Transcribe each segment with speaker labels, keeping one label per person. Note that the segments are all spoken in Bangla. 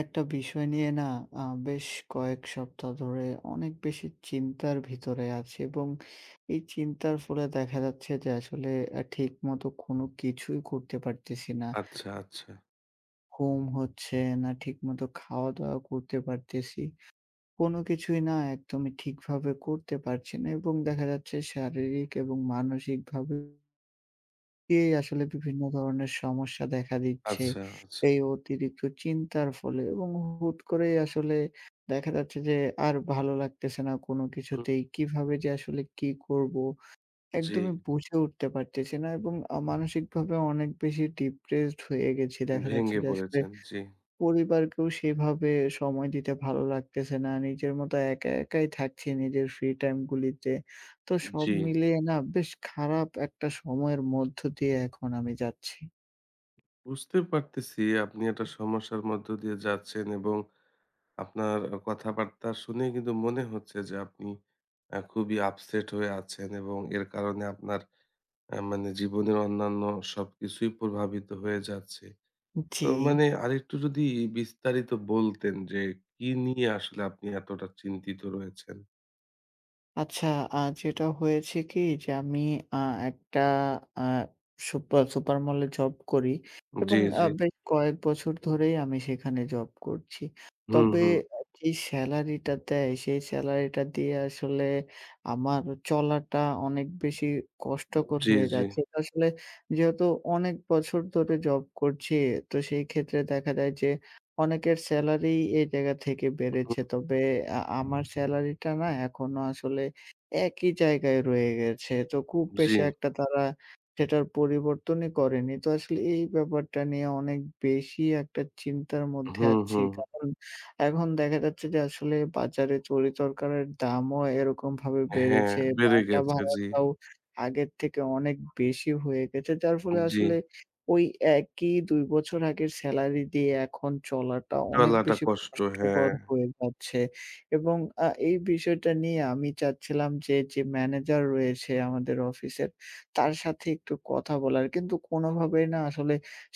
Speaker 1: একটা বিষয় নিয়ে না আ বেশ কয়েক সপ্তাহ ধরে অনেক বেশি চিন্তার ভিতরে আছি, এবং এই চিন্তার ফলে দেখা যাচ্ছে যে আসলে ঠিকমতো কোনো কিছুই করতে পারতেছি না।
Speaker 2: আচ্ছা, আচ্ছা,
Speaker 1: ঘুম হচ্ছে না, ঠিকমতো খাওয়া-দাওয়া করতে পারতেছি। কোনো কিছুই না, একদমই ঠিকভাবে করতে পারছি না, এবং দেখা যাচ্ছে শারীরিক এবং মানসিকভাবে এই আসলে বিভিন্ন ধরনের সমস্যা দেখা দিচ্ছে।
Speaker 2: আচ্ছা, আচ্ছা।
Speaker 1: এই অতিরিক্ত চিন্তার ফলে এবং হুট করেই আসলে দেখা যাচ্ছে যে আর ভালো লাগতেছে না কোনো
Speaker 2: হুম।
Speaker 1: কিছুতেই। কিভাবে যে আসলে কি করব
Speaker 2: জি,
Speaker 1: একদমই বুঝে উঠতে পারতেছি না, এবং মানসিকভাবে অনেক বেশি ডিপ্রেসড হয়ে গেছি। দেখা যাচ্ছে
Speaker 2: ভেঙে
Speaker 1: যে আসলে
Speaker 2: পড়েছেন। জি,
Speaker 1: পরিবারকেও সেভাবে সময় দিতে ভালো লাগতেছে না। নিজের মতো একা একাই থাকছি নিজের ফ্রি টাইম গুলিতে। তো সব
Speaker 2: জি।
Speaker 1: মিলিয়ে না, বেশ খারাপ একটা সময়ের মধ্য দিয়ে এখন আমি যাচ্ছি।
Speaker 2: বুঝতে পারতেছি আপনি একটা সমস্যার মধ্য দিয়ে যাচ্ছেন এবং আপনার কথাবার্তা শুনে কিন্তু মনে হচ্ছে যে আপনি খুবই আপসেট হয়ে আছেন এবং এর কারণে আপনার মানে জীবনের অন্যান্য সবকিছুই প্রভাবিত হয়ে যাচ্ছে।
Speaker 1: জি।
Speaker 2: তো মানে আরেকটু যদি বিস্তারিত বলতেন যে কি নিয়ে আসলে আপনি এতটা চিন্তিত রয়েছেন?
Speaker 1: আচ্ছা, যেটা হয়েছে কি যে আমি আ একটা আ সুপার সুপার মলে জব করি,
Speaker 2: জি,
Speaker 1: এবং
Speaker 2: জি।
Speaker 1: বেশ কয়েক বছর ধরেই আমি সেখানে জব করছি।
Speaker 2: হুম,
Speaker 1: তবে
Speaker 2: হুম।
Speaker 1: যে সেলারিটা দেয়, সেই সেলারিটা দিয়ে আসলে আমার চলাটা অনেক বেশি কষ্টকর
Speaker 2: জি,
Speaker 1: হয়ে
Speaker 2: জি।
Speaker 1: যাচ্ছে। আসলে যেহেতু অনেক বছর ধরে জব করছি, তো সেই ক্ষেত্রে দেখা যায় যে অনেকের সেলারি এই জায়গা থেকে বেড়েছে। তবে আমার সেলারিটা না এখনো আসলে একই জায়গায় রয়ে গেছে। তো খুব
Speaker 2: জি।
Speaker 1: বেশি একটা তারা সেটার পরিবর্তনই করেনি। তো আসলে এই ব্যাপারটা নিয়ে অনেক বেশি একটা চিন্তার মধ্যে
Speaker 2: হুম,
Speaker 1: আছি।
Speaker 2: হুম।
Speaker 1: কারণ এখন দেখা যাচ্ছে যে আসলে বাজারে তরি-তরকারির দামও এরকমভাবে
Speaker 2: হ্যাঁ,
Speaker 1: বেড়েছে।
Speaker 2: বেড়ে
Speaker 1: বাসা
Speaker 2: গেছে। জি,
Speaker 1: ভাড়াটাও আগের থেকে অনেক বেশি হয়ে গেছে। যার ফলে
Speaker 2: জি।
Speaker 1: আসলে ওই একই ২ বছর আগের সেলারি দিয়ে এখন চলাটা অনেক
Speaker 2: চলাটা
Speaker 1: বেশি
Speaker 2: কষ্ট। হ্যাঁ,
Speaker 1: কষ্টকর হয়ে যাচ্ছে, এবং এই বিষয়টা নিয়ে আমি চাচ্ছিলাম যে, যে ম্যানেজার রয়েছে আমাদের অফিসের, তার সাথে একটু কথা বলার। কিন্তু কোনোভাবেই না, আসলে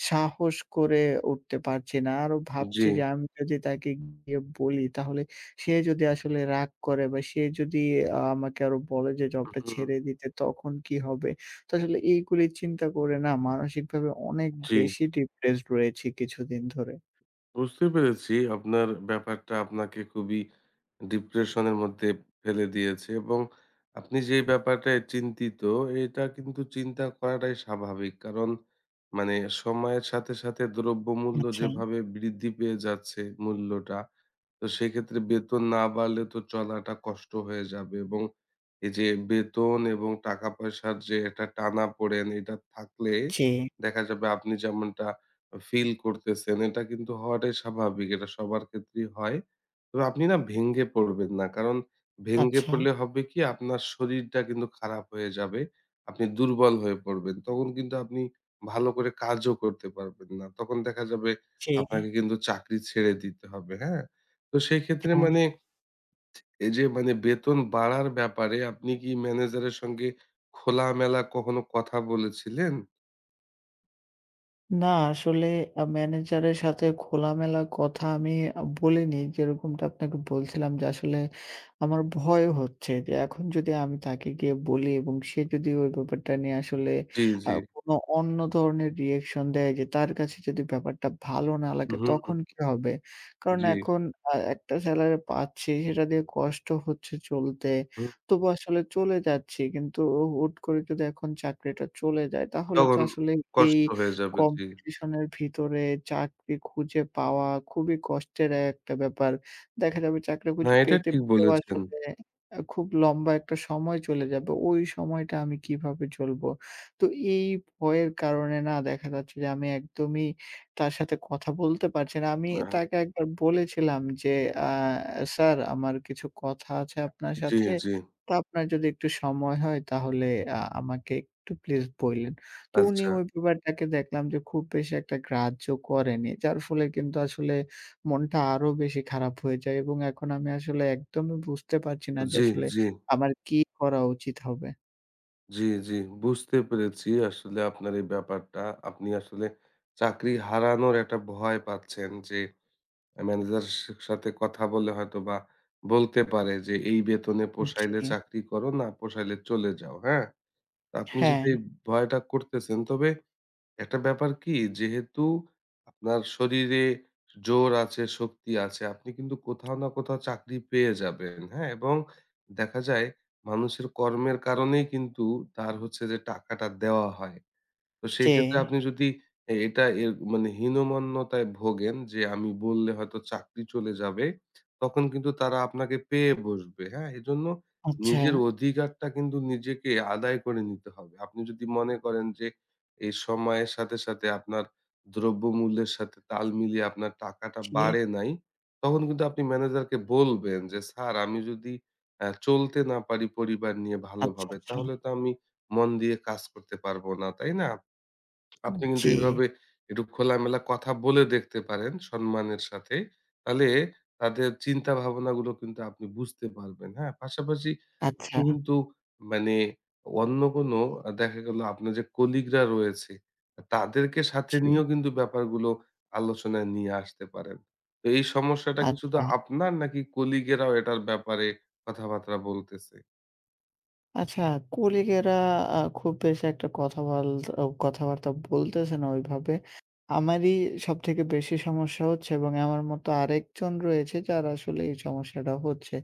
Speaker 1: সাহস করে উঠতে পারছি না। আরো
Speaker 2: জি।
Speaker 1: ভাবছি যে, আমি যদি তাকে গিয়ে বলি, তাহলে সে যদি আসলে রাগ করে, বা সে যদি আমাকে আরো বলে যে জবটা
Speaker 2: হুম,
Speaker 1: ছেড়ে দিতে, তখন কি হবে? তো আসলে এইগুলি চিন্তা করে না, মানসিকভাবে অনেক
Speaker 2: জি।
Speaker 1: বেশি ডিপ্রেসড রয়েছি কিছুদিন ধরে।
Speaker 2: বুঝতে পেরেছি আপনার ব্যাপারটা আপনাকে খুবই ডিপ্রেশনের মধ্যে ফেলে দিয়েছে এবং আপনি যে ব্যাপারটায় চিন্তিত এটা কিন্তু চিন্তা করাটাই স্বাভাবিক কারণ মানে সময়ের সাথে সাথে দ্রব্যমূল্য
Speaker 1: আচ্ছা।
Speaker 2: যেভাবে বৃদ্ধি পেয়ে যাচ্ছে মূল্যটা তো সেক্ষেত্রে বেতন না বাড়লে তো চলাটা কষ্ট হয়ে যাবে এবং এই যে বেতন এবং টাকা পয়সার যে একটা টানাপোড়েন এটা থাকলে
Speaker 1: জি,
Speaker 2: দেখা যাবে আপনি যেমনটা ফিল করতেছেন। এটা কিন্তু হওয়াটাই স্বাভাবিক। এটা সবার ক্ষেত্রেই হয়। তবে আপনি না ভেঙে পড়বেন না। কারণ ভেঙে
Speaker 1: আচ্ছা,
Speaker 2: পড়লে হবে কি আপনার শরীরটা কিন্তু খারাপ হয়ে যাবে। আপনি দুর্বল হয়ে পড়বেন। তখন কিন্তু আপনি ভালো করে কাজও করতে পারবেন না। তখন দেখা যাবে
Speaker 1: জি।
Speaker 2: আপনাকে কিন্তু চাকরি ছেড়ে দিতে হবে, হ্যাঁ? তো সেক্ষেত্রে
Speaker 1: হ্যাঁ।
Speaker 2: মানে এই যে মানে বেতন বাড়ার ব্যাপারে আপনি কি ম্যানেজারের সঙ্গে খোলামেলা কখনো কথা বলেছিলেন?
Speaker 1: না, আসলে ম্যানেজারের সাথে খোলামেলা কথা আমি বলিনি। যেরকমটা আপনাকে বলছিলাম যে, আসলে আমার ভয় হচ্ছে যে, এখন যদি আমি তাকে গিয়ে বলি, এবং সে যদি ওই ব্যাপারটা নিয়ে আসলে
Speaker 2: জি, জি।
Speaker 1: কোনো অন্য ধরনের রিঅ্যাকশন দেয়, যে তার কাছে যদি ব্যাপারটা ভালো না লাগে,
Speaker 2: হুম,
Speaker 1: তখন কি হবে? কারণ
Speaker 2: জি।
Speaker 1: এখন একটা স্যালারি পাচ্ছি, সেটা দিয়ে কষ্ট হচ্ছে চলতে। তবু আসলে চলে যাচ্ছি। কিন্তু ও হুট করে যদি এখন চাকরিটা চলে যায়, তাহলে তো
Speaker 2: তখন
Speaker 1: আসলে এই
Speaker 2: কষ্ট হয়ে যাবে, জি।
Speaker 1: কম্পিটিশনের ভিতরে চাকরি খুঁজে পাওয়া খুবই কষ্টের একটা ব্যাপার। দেখা যাবে চাকরি
Speaker 2: না
Speaker 1: খুঁজে
Speaker 2: এটা
Speaker 1: পেতে,
Speaker 2: ঠিক
Speaker 1: পেতেও
Speaker 2: বলেছেন।
Speaker 1: আসলে খুব লম্বা একটা সময় চলে যাবে। ওই সময়টা আমি কিভাবে চলবো? তো এই ভয়ের কারণে না, দেখা যাচ্ছে যে আমি একদমই তার সাথে কথা বলতে পারছি না। আমি তাকে
Speaker 2: আ
Speaker 1: একবার বলেছিলাম যে, "আ স্যার, আমার কিছু কথা আছে আপনার
Speaker 2: জি,
Speaker 1: সাথে।
Speaker 2: জি।
Speaker 1: তো আপনার যদি একটু সময় হয়, তাহলে আমাকে একটু প্লিজ বইলেন।" তো উনি
Speaker 2: আচ্ছা।
Speaker 1: ওই ব্যাপারটাকে দেখলাম যে খুব বেশি একটা গ্রাহ্য করেনি। যার ফলে কিন্তু আসলে মনটা আরো বেশি খারাপ হয়ে যায়, এবং এখন আমি আসলে একদমই বুঝতে পারছি না যে
Speaker 2: জি,
Speaker 1: আসলে
Speaker 2: জি,
Speaker 1: আমার কি করা উচিত হবে?
Speaker 2: জি, জি। বুঝতে পেরেছি আসলে আপনার এই ব্যাপারটা। আপনি আসলে চাকরি হারানোর একটা ভয় পাচ্ছেন যে ম্যানেজারের সাথে কথা বলে হয়তোবা বলতে পারে যে, "এই বেতনে পোষাইলে
Speaker 1: জি,
Speaker 2: চাকরি করো, না পোষাইলে চলে যাও।" হ্যাঁ? তো আপনি যদি
Speaker 1: হ্যাঁ,
Speaker 2: এই ভয়টা করতেছেন তবে একটা ব্যাপার কি যেহেতু আপনার শরীরে জোর আছে, শক্তি আছে, আপনি কিন্তু কোথাও না কোথাও চাকরি পেয়ে যাবেন, হ্যাঁ? এবং দেখা যায় মানুষের কর্মের কারণেই কিন্তু তার হচ্ছে যে টাকাটা দেওয়া হয়। তো
Speaker 1: জি,
Speaker 2: সেক্ষেত্রে আপনি যদি এটা এর মানে হীনমন্যতায় ভোগেন যে আমি বললে হয়তো চাকরি চলে যাবে, তখন কিন্তু তারা আপনাকে পেয়ে বসবে, হ্যাঁ? এজন্য
Speaker 1: আচ্ছা,
Speaker 2: নিজের অধিকারটা কিন্তু নিজেকে আদায় করে নিতে হবে। আপনি যদি মনে করেন যে এই সময়ের সাথে, সাথে আপনার দ্রব্যমূল্যের সাথে তাল মিলিয়ে আপনার টাকাটা
Speaker 1: জি,
Speaker 2: বাড়ে নাই, তখন কিন্তু আপনি ম্যানেজারকে বলবেন যে, "স্যার আমি যদি চলতে না পারি পরিবার নিয়ে
Speaker 1: আচ্ছা,
Speaker 2: ভালোভাবে
Speaker 1: আচ্ছা,
Speaker 2: তাহলে তো আমি মন দিয়ে কাজ করতে পারব না।" তাই না? আপনি কিন্তু
Speaker 1: জি,
Speaker 2: এইভাবে একটু খোলামেলা কথা বলে দেখতে পারেন সম্মানের সাথে। তাহলে তাদের চিন্তা ভাবনাগুলো কিন্তু আপনি বুঝতে পারবেন, হ্যাঁ? পাশাপাশি আপনি
Speaker 1: আচ্ছা,
Speaker 2: কিন্তু মানে অন্য কোনো দেখা গেল আপনার যে কলিগরা রয়েছে, তাদেরকে সাথে
Speaker 1: জি,
Speaker 2: নিয়েও কিন্তু ব্যাপারগুলো আলোচনায় নিয়ে আসতে পারেন। তো এই সমস্যাটা কি শুধু
Speaker 1: আচ্ছা।
Speaker 2: আপনার নাকি কলিগেরাও এটার ব্যাপারে কথাবার্তা বলতেছে?
Speaker 1: আচ্ছা, কলিগেরা খুব বেশি একটা কথাবার্তা বলতেছে না ওইভাবে। আমারই সবথেকে বেশি সমস্যা হচ্ছে, এবং আমার মতো আরেকজন রয়েছে, যার আসলে এই সমস্যাটা হচ্ছে।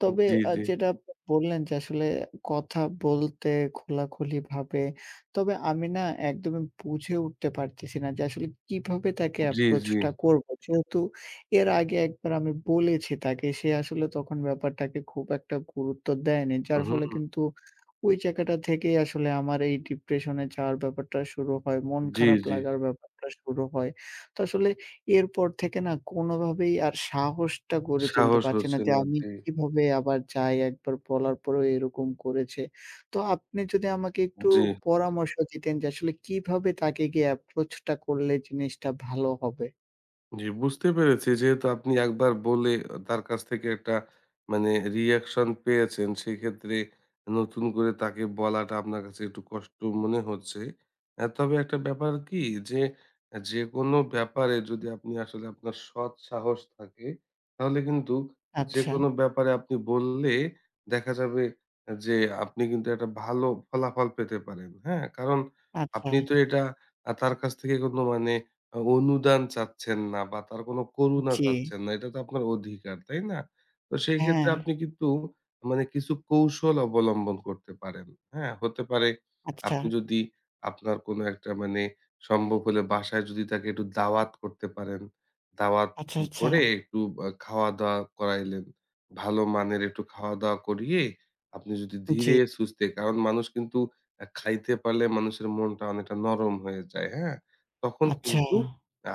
Speaker 1: তবে
Speaker 2: জি, জি।
Speaker 1: যেটা আপনি বললেন যে আসলে কথা বলতে খোলাখুলিভাবে। তবে আমি না একদমই বুঝে উঠতে পারতেছি না যে আসলে কিভাবে তাকে
Speaker 2: জি,
Speaker 1: approach
Speaker 2: জি।
Speaker 1: টা করব। যেহেতু এর আগে একবার আমি বলেছি তাকে, সে আসলে তখন ব্যাপারটাকে খুব একটা গুরুত্ব দেয়নি। যার
Speaker 2: হুম,
Speaker 1: ফলে কিন্তু ওই জায়গাটা থেকেই আসলে আমার এই ডিপ্রেশনে যাওয়ার ব্যাপারটা শুরু হয়। মন
Speaker 2: জি,
Speaker 1: খারাপ
Speaker 2: জি।
Speaker 1: লাগার ব্যাপারটা শুরু হয়। তো আসলে এরপর থেকে না কোনোভাবেই আর সাহসটা গড়ে তুলতে
Speaker 2: সাহস
Speaker 1: পারছি না,
Speaker 2: হচ্ছে
Speaker 1: যে
Speaker 2: না।
Speaker 1: আমি
Speaker 2: জি।
Speaker 1: কিভাবে আবার যাই, একবার বলার পরেও এরকম করেছে। তো আপনি যদি আমাকে একটু
Speaker 2: জি,
Speaker 1: পরামর্শ দিতেন, যে আসলে কিভাবে তাকে গিয়ে অ্যাপ্রোচ টা করলে জিনিসটা ভালো হবে?
Speaker 2: জি বুঝতে পেরেছি। যেহেতু আপনি একবার বলে তার কাছ থেকে একটা মানে রিঅ্যাকশন পেয়েছেন, সেক্ষেত্রে নতুন করে তাকে বলাটা আপনার কাছে একটু কষ্ট মনে হচ্ছে। তবে একটা ব্যাপার কি যে, যেকোনো ব্যাপারে যদি আপনি আসলে আপনার সৎ সাহস থাকে, তাহলে কিন্তু
Speaker 1: আচ্ছা,
Speaker 2: যেকোনো ব্যাপারে আপনি বললে দেখা যাবে যে, আপনি কিন্তু একটা ভালো ফলাফল পেতে পারেন। হ্যাঁ? কারণ
Speaker 1: আচ্ছা,
Speaker 2: আপনি তো এটা তার কাছ থেকে কোনো মানে অনুদান চাচ্ছেন না বা তার কোন করুণা
Speaker 1: জি।
Speaker 2: চাচ্ছেন না। এটা তো আপনার অধিকার, তাই না? তো সেই ক্ষেত্রে
Speaker 1: হ্যাঁ,
Speaker 2: আপনি কিন্তু মানে কিছু কৌশল অবলম্বন করতে পারেন। হ্যাঁ? হতে পারে
Speaker 1: আচ্ছা,
Speaker 2: আপনি যদি আপনার কোন একটা মানে সম্ভব হলে বাসায় যদি তাকে একটু দাওয়াত করতে পারেন। দাওয়াত
Speaker 1: আচ্ছা, আচ্ছা,
Speaker 2: করে একটু খাওয়া-দাওয়া করাইলেন। ভালো মানের একটু খাওয়া-দাওয়া করিয়ে আপনি যদি
Speaker 1: জি,
Speaker 2: ধীরে সুস্থে কারণ মানুষ কিন্তু খাইতে পারলে মানুষের মনটা অনেকটা নরম হয়ে যায়। হ্যাঁ? তখন
Speaker 1: আচ্ছা,
Speaker 2: কিন্তু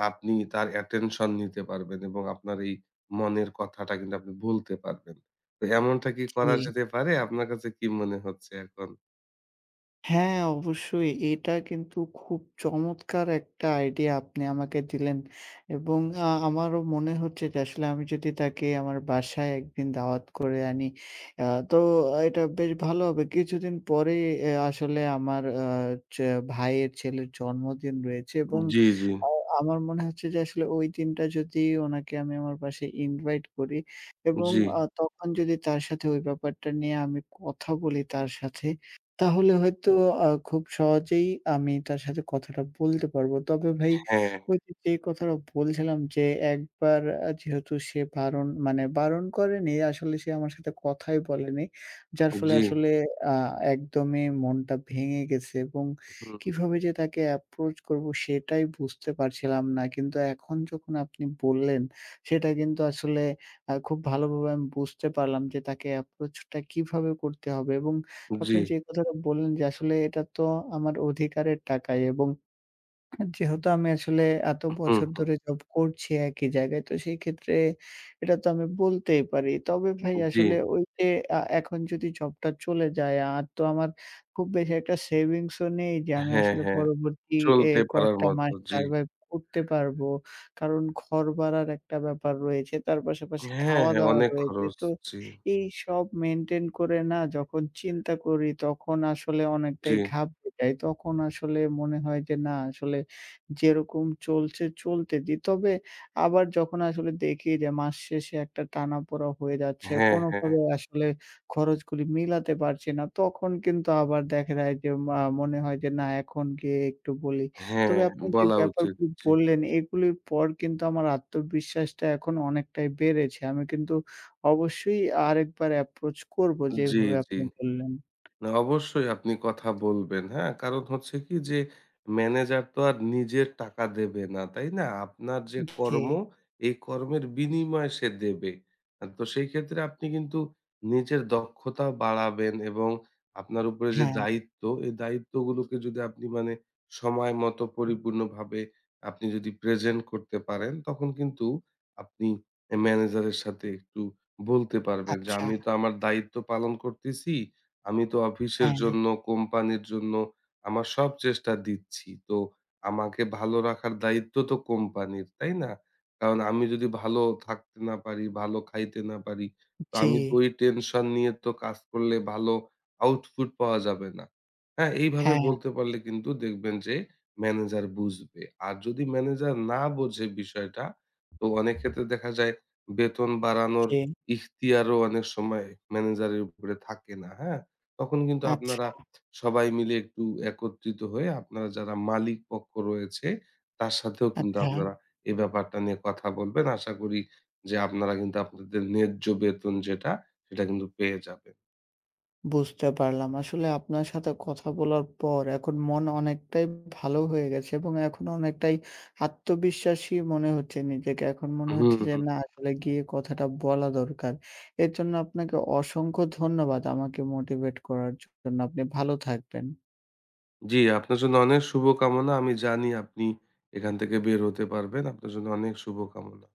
Speaker 2: আপনি তার attention নিতে পারবেন এবং আপনার এই মনের কথাটা কিন্তু আপনি বলতে পারবেন। তো এমনটা কি করা
Speaker 1: জি।
Speaker 2: যেতে পারে? আপনার কাছে কি মনে হচ্ছে এখন?
Speaker 1: হ্যাঁ, অবশ্যই। এটা কিন্তু খুব চমৎকার একটা আইডিয়া আপনি আমাকে দিলেন, এবং আমারও মনে হচ্ছে যে আসলে আমি যদি তাকে আমার বাসায় একদিন দাওয়াত করে আনি, আ তো এটা বেশ ভালো হবে। কিছুদিন পরেই আসলে আমার যে ভাইয়ের ছেলের জন্মদিন রয়েছে, এবং
Speaker 2: জি, জি,
Speaker 1: আ আমার মনে হচ্ছে যে আসলে ওই দিনটা যদি ওনাকে আমি আমার বাসায় ইনভাইট করি, এবং
Speaker 2: জি,
Speaker 1: তখন যদি তার সাথে ওই ব্যাপারটা নিয়ে আমি কথা বলি তার সাথে, তাহলে হয়তো খুব সহজেই আমি তার সাথে কথাটা বলতে পারবো। তবে ভাই,
Speaker 2: হ্যাঁ,
Speaker 1: ওই যে, যে কথাটা বলছিলাম যে, একবার যেহেতু সে বারণ, মানে বারণ করেনি, আসলে সে আমার সাথে কথাই বলেনি। যার ফলে
Speaker 2: জি,
Speaker 1: আসলে আ একদমই মনটা ভেঙে গেছে, এবং
Speaker 2: হুম,
Speaker 1: কিভাবে যে তাকে অ্যাপ্রোচ করবো সেটাই বুঝতে পারছিলাম না। কিন্তু এখন যখন আপনি বললেন, সেটা কিন্তু আসলে খুব ভালোভাবে আমি বুঝতে পারলাম যে, তাকে অ্যাপ্রোচটা কিভাবে করতে হবে, এবং
Speaker 2: জি,
Speaker 1: আপনি যে কথাটা বললেন যে আসলে এটা তো আমার অধিকারের টাকাই, এবং যেহেতু আমি আসলে এত
Speaker 2: হুম,
Speaker 1: বছর
Speaker 2: হুম,
Speaker 1: ধরে জব করছি একই জায়গায়, তো সেই ক্ষেত্রে এটা তো আমি বলতেই পারি। তবে ভাই,
Speaker 2: জি,
Speaker 1: আসলে ওই যে এখন যদি জবটা চলে যায়, আর তো আমার খুব বেশি একটা সেভিংস ও নেই যে আমি
Speaker 2: হ্যাঁ,
Speaker 1: আসলে
Speaker 2: হ্যাঁ।
Speaker 1: পরবর্তী
Speaker 2: চলতে পারার
Speaker 1: কয়েকটা
Speaker 2: মতো,
Speaker 1: মাস
Speaker 2: জি।
Speaker 1: সারভাইভ করতে পারবো। কারণ ঘর ভাড়ার একটা ব্যাপার রয়েছে, তার পাশাপাশি
Speaker 2: হ্যাঁ, হ্যাঁ,
Speaker 1: খাওয়া-দাওয়া
Speaker 2: অনেক
Speaker 1: রয়েছে।
Speaker 2: খরচ,
Speaker 1: তো
Speaker 2: জি,
Speaker 1: এই সব মেইনটেইন করে না, যখন চিন্তা করি, তখন আসলে
Speaker 2: জি,
Speaker 1: অনেকটাই ঘাবড়ে যাই। তখন আসলে মনে হয় যে না, আসলে যেরকম চলছে চলতে দিই। তবে আবার যখন আসলে দেখি যে মাস শেষে একটা টানাপোড়া হয়ে যাচ্ছে,
Speaker 2: হ্যাঁ, হ্যাঁ,
Speaker 1: কোনোভাবে আসলে খরচগুলি মিলাতে পারছি না, তখন কিন্তু আবার দেখা যায় যে মনে হয় যে, না, এখন গিয়ে একটু বলি।
Speaker 2: হ্যাঁ,
Speaker 1: তবে আপনি যে
Speaker 2: বলা উচিত,
Speaker 1: ব্যাপারগুলি
Speaker 2: জি,
Speaker 1: বললেন, এগুলির পর কিন্তু আমার আত্মবিশ্বাসটা এখন অনেকটাই বেড়েছে। আমি কিন্তু অবশ্যই আরেকবার অ্যাপ্রোচ করব,
Speaker 2: জি,
Speaker 1: যেভাবে
Speaker 2: জি।
Speaker 1: আপনি বললেন।
Speaker 2: না, অবশ্যই আপনি কথা বলবেন, হ্যাঁ? কারণ হচ্ছে কি যে ম্যানেজার তো আর নিজের টাকা দেবে না, তাই না? আপনার যে
Speaker 1: জি,
Speaker 2: কর্ম, এই কর্মের বিনিময় সে দেবে। তো সেই ক্ষেত্রে আপনি কিন্তু নিজের দক্ষতা বাড়াবেন এবং আপনার উপরে যে
Speaker 1: হ্যাঁ,
Speaker 2: দায়িত্ব, এই দায়িত্বগুলোকে যদি আপনি মানে সময় মতো পরিপূর্ণভাবে আপনি যদি প্রেজেন্ট করতে পারেন, তখন কিন্তু আপনি ম্যানেজারের সাথে একটু বলতে পারবেন যে,
Speaker 1: আচ্ছা,
Speaker 2: "আমি তো আমার দায়িত্ব পালন করতেছি।" আমি তো অফিসের
Speaker 1: হ্যাঁ,
Speaker 2: জন্য, কোম্পানির জন্য আমার সব চেষ্টা দিচ্ছি। তো আমাকে ভালো রাখার দায়িত্ব তো কোম্পানির, তাই না? কারণ আমি যদি ভালো থাকতে না পারি, ভালো খাইতে না পারি, তো
Speaker 1: জি,
Speaker 2: আমি তো ওই টেনশন নিয়ে তো কাজ করলে ভালো আউটপুট পাওয়া যাবে না। হ্যাঁ, এইভাবে
Speaker 1: হ্যাঁ,
Speaker 2: বলতে পারলে কিন্তু দেখবেন যে ম্যানেজার বুঝবে। আর যদি ম্যানেজার না বোঝে বিষয়টা, তো অনেক ক্ষেত্রে দেখা যায় বেতন বাড়ানোর
Speaker 1: জি,
Speaker 2: ইখতিয়ারও অনেক সময় ম্যানেজারের উপরে থাকে না, হ্যাঁ? তখন কিন্তু
Speaker 1: আচ্ছা।
Speaker 2: আপনারা সবাই মিলে একটু একত্রিত হয়ে আপনারা যারা মালিক পক্ষ রয়েছে তার সাথেও কিন্তু
Speaker 1: আচ্ছা,
Speaker 2: আপনারা এ ব্যাপারটা নিয়ে কথা বলবেন। আশা করি যে আপনারা কিন্তু আপনাদের ন্যায্য বেতন যেটা সেটা কিন্তু পেয়ে যাবেন।
Speaker 1: বুঝতে পারলাম। আসলে আপনার সাথে কথা বলার পর এখন মন অনেকটাই ভালো হয়ে গেছে, এবং এখন অনেকটাই আত্মবিশ্বাসী মনে হচ্ছে নিজেকে। এখন মনে হচ্ছে
Speaker 2: হুম,
Speaker 1: যে,
Speaker 2: হুম।
Speaker 1: না, আসলে গিয়ে কথাটা বলা দরকার। এর জন্য আপনাকে অসংখ্য ধন্যবাদ, আমাকে মোটিভেট করার জন্য। আপনি ভালো থাকবেন।
Speaker 2: জি, আপনার জন্য অনেক শুভকামনা। আমি জানি আপনি এখান থেকে বের হতে পারবেন। আপনার জন্য অনেক শুভকামনা।